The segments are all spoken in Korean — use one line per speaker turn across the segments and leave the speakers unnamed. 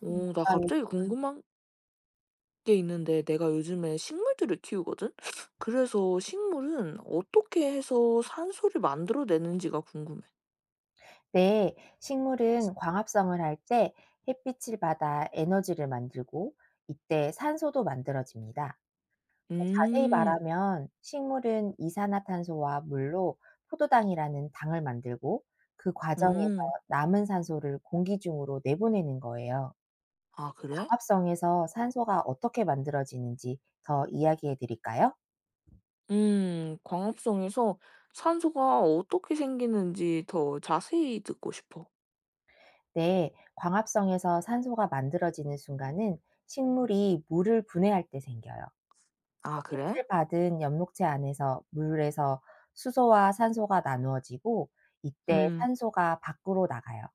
어, 나
어떤.
갑자기 궁금한 게 있는데 내가 요즘에 식물들을 키우거든? 그래서 식물은 어떻게 해서 산소를 만들어내는지가 궁금해.
네, 식물은 광합성을 할 때 햇빛을 받아 에너지를 만들고 이때 산소도 만들어집니다. 더 자세히
음.
말하면 식물은 이산화탄소와 물로 포도당이라는 당을 만들고 그 과정에서
음.
남은 산소를 공기 중으로 내보내는 거예요.
아, 그래?
광합성에서 산소가 어떻게 만들어지는지 더 이야기해 드릴까요?
광합성에서 산소가 어떻게 생기는지 더 자세히 듣고 싶어.
네, 광합성에서 산소가 만들어지는 순간은 식물이 물을 분해할 때 생겨요.
아, 그래?
햇빛을 받은 연목체 안에서 물에서 수소와 산소가 나누어지고 이때
음.
산소가 밖으로 나가요.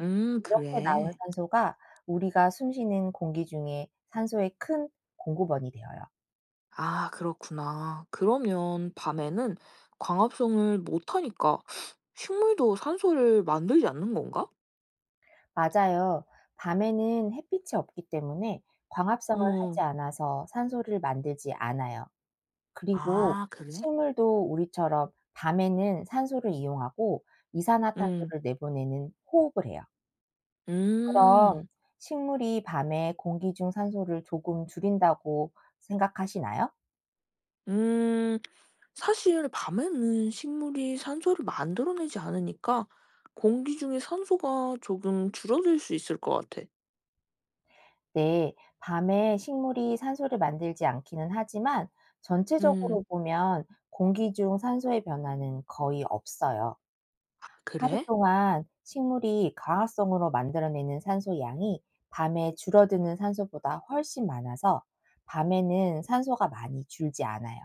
이렇게 나온
그래.
산소가 우리가 숨쉬는 공기 중에 산소의 큰 공급원이 되어요.
아, 그렇구나. 그러면 밤에는 광합성을 못하니까 식물도 산소를 만들지 않는 건가?
맞아요, 밤에는 햇빛이 없기 때문에 광합성을
어.
하지 않아서 산소를 만들지 않아요. 그리고
아 그래?
식물도 우리처럼 밤에는 산소를 이용하고
음.
이산화탄소를 내보내는 호흡을 해요.
음.
그럼 식물이 밤에 공기 중 산소를 조금 줄인다고 생각하시나요?
음. 사실 밤에는 식물이 산소를 만들어내지 않으니까 공기 중에 산소가 조금 줄어들 수 있을 것 같아.
네, 밤에 식물이 산소를 만들지 않기는 하지만
음.
전체적으로 보면 공기 중 산소의 변화는 거의 없어요.
아
하루
그래?
동안 식물이 과학성으로 만들어내는 산소 양이 밤에 줄어드는 산소보다 훨씬 많아서 밤에는 산소가 많이 줄지 않아요.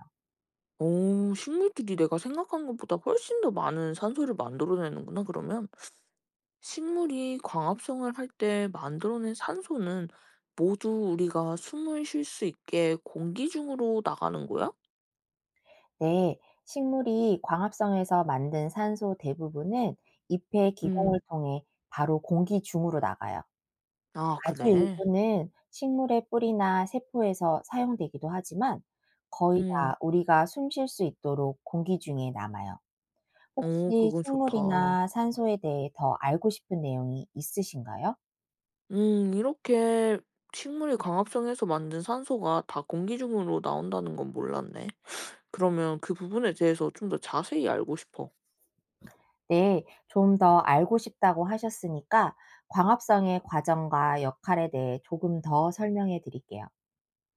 오, 식물들이 내가 생각한 것보다 훨씬 더 많은 산소를 만들어내는구나 그러면. 식물이 광합성을 할 때 만들어낸 산소는 모두 우리가 숨을 쉴 수 있게 공기 중으로 나가는 거야?
네, 식물이 광합성에서 만든 산소 대부분은 잎의
음.
기공을 통해 바로 공기 중으로 나가요.
아
아주
그래?
일부는 식물의 뿌리나 세포에서 사용되기도 하지만 거의
음.
다 우리가 숨쉴 수 있도록 공기 중에 남아요.
오,
혹시
그건 좋다.
식물이나 산소에 대해 더 알고 싶은 내용이 있으신가요?
음, 이렇게 식물이 광합성해서 만든 산소가 다 공기 중으로 나온다는 건 몰랐네. 그러면 그 부분에 대해서 좀 더 자세히 알고 싶어.
네, 좀 더 알고 싶다고 하셨으니까 광합성의 과정과 역할에 대해 조금 더 설명해 드릴게요.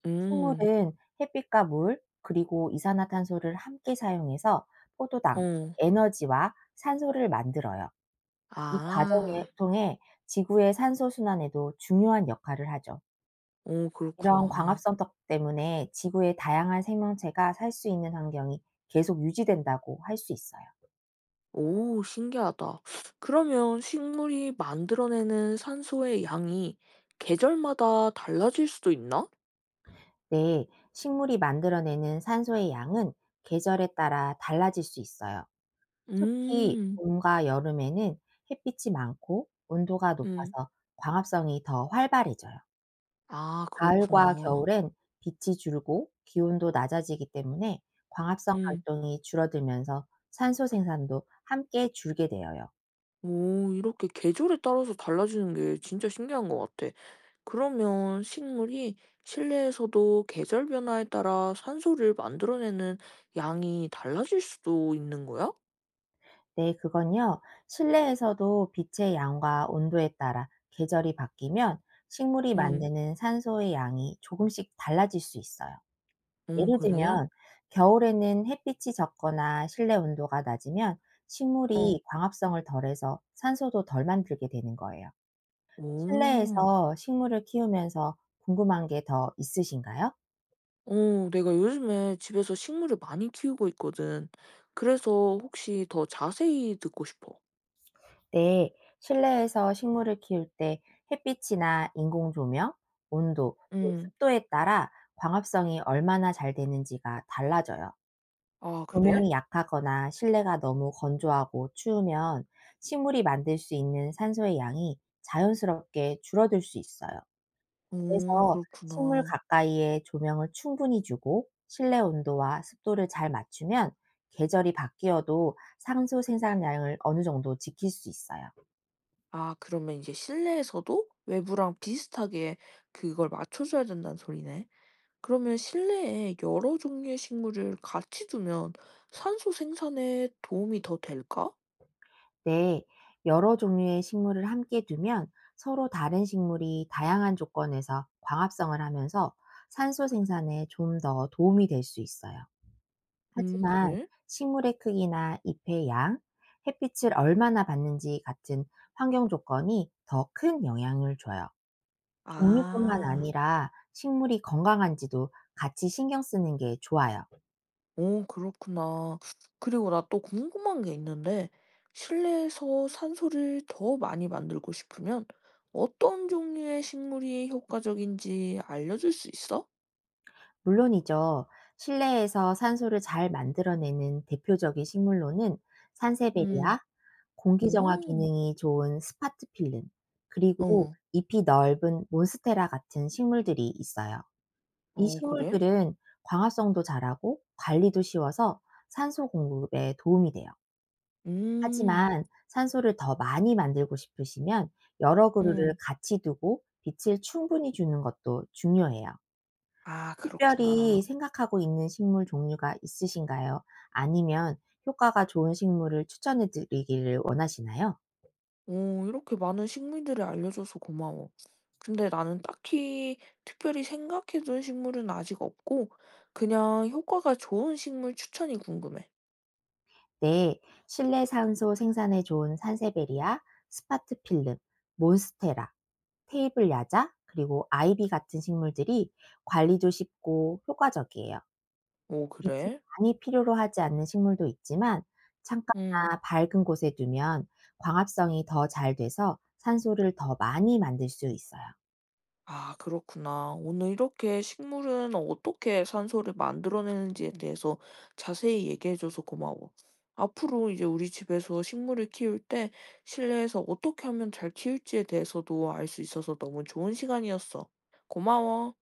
음.
식물은 햇빛과 물, 그리고 이산화탄소를 함께 사용해서 포도당, 즉
어.
에너지와 산소를 만들어요. 이 과정을
아.
통해 지구의 산소 순환에도 중요한 역할을 하죠.
오,
이런
그렇구나.
광합성 덕 때문에 지구의 다양한 생명체가 살 수 있는 환경이 계속 유지된다고 할 수 있어요.
오 신기하다. 그러면 식물이 만들어내는 산소의 양이 계절마다 달라질 수도 있나?
네, 식물이 만들어내는 산소의 양은 계절에 따라 달라질 수 있어요. 특히
음.
봄과 여름에는 햇빛이 많고 온도가
음.
높아서 광합성이 더 활발해져요.
아
가을과
그렇구나.
겨울엔 빛이 줄고 기온도 낮아지기 때문에 광합성
음.
활동이 줄어들면서 산소 생산도 함께 줄게 되어요.
오 이렇게 계절에 따라서 달라지는 게 진짜 신기한 것 같아. 그러면 식물이 실내에서도 계절 변화에 따라 산소를 만들어내는 양이 달라질 수도 있는 거야?
네, 그건요, 실내에서도 빛의 양과 온도에 따라 계절이 바뀌면 식물이
응.
만드는 산소의 양이 조금씩 달라질 수 있어요.
어
예를
그래?
들면 겨울에는 햇빛이 적거나 실내 온도가 낮으면
어.
식물이 광합성을 덜해서 산소도 덜 만들게 되는 거예요.
오.
실내에서 식물을 키우면서 궁금한 게 더 있으신가요?
어, 내가 요즘에 집에서 식물을 많이 키우고 있거든. 그래서 혹시 더 자세히 듣고 싶어.
네, 실내에서 식물을 키울 때 햇빛이나 인공 조명, 온도, 또
응.
습도에 따라 광합성이 얼마나 잘 되는지가 달라져요.
아 그래?
조명이 약하거나 실내가 너무 건조하고 추우면 식물이 만들 수 있는 산소의 양이 자연스럽게 줄어들 수 있어요.
오
그래서 식물
그렇구나.
가까이에 조명을 충분히 주고 실내 온도와 습도를 잘 맞추면 계절이 바뀌어도 산소 생산량을 어느 정도 지킬 수 있어요.
아 그러면 이제 실내에서도 외부랑 비슷하게 그걸 맞춰줘야 된다는 소리네. 그러면 실내에 여러 종류의 식물을 같이 두면 산소 생산에 도움이 더 될까?
네, 여러 종류의 식물을 함께 두면 서로 다른 식물이 다양한 조건에서 광합성을 하면서 산소 생산에 좀 더 도움이 될 수 있어요.
음,
하지만
그래?
식물의 크기나 잎의 양, 햇빛을 얼마나 받는지 같은 환경 조건이 더 큰 영향을 줘요. 종류뿐만
아.
아니라 식물이 건강한지도 같이 신경 쓰는 게 좋아요.
어 그렇구나. 그리고 나 또 궁금한 게 있는데 실내에서 산소를 더 많이 만들고 싶으면 어떤 종류의 식물이 효과적인지 알려줄 수 있어?
물론이죠. 실내에서 산소를 잘 만들어내는 대표적인 식물로는
음.
산세베리아, 공기정화
오.
기능이 좋은 스파트필름, 그리고
어.
잎이 넓은 몬스테라 같은 식물들이 있어요. 이
어 그래?
식물들은 광합성도 잘하고 관리도 쉬워서 산소 공급에 도움이 돼요.
음.
하지만 산소를 더 많이 만들고 싶으시면 여러 그루를
음.
같이 두고 빛을 충분히 주는 것도 중요해요.
아
특별히
그렇구나.
생각하고 있는 식물 종류가 있으신가요? 아니면 효과가 좋은 식물을 추천해 드리기를 원하시나요?
오, 이렇게 많은 식물들을 알려줘서 고마워. 근데 나는 딱히 특별히 생각해 둔 식물은 아직 없고 그냥 효과가 좋은 식물 추천이 궁금해.
네, 실내 산소 생산에 좋은 산세베리아, 스파트필름, 몬스테라, 테이블 야자, 그리고 아이비 같은 식물들이 관리도 쉽고 효과적이에요.
오
빛이
그래?
많이 필요로 하지 않는 식물도 있지만
음.
창가나 밝은 곳에 두면 광합성이 더 잘 돼서 산소를 더 많이 만들 수 있어요.
아, 그렇구나. 오늘 이렇게 식물은 어떻게 산소를 만들어내는지에 대해서 자세히 얘기해줘서 고마워. 앞으로 이제 우리 집에서 식물을 키울 때 실내에서 어떻게 하면 잘 키울지에 대해서도 알 수 있어서 너무 좋은 시간이었어. 고마워.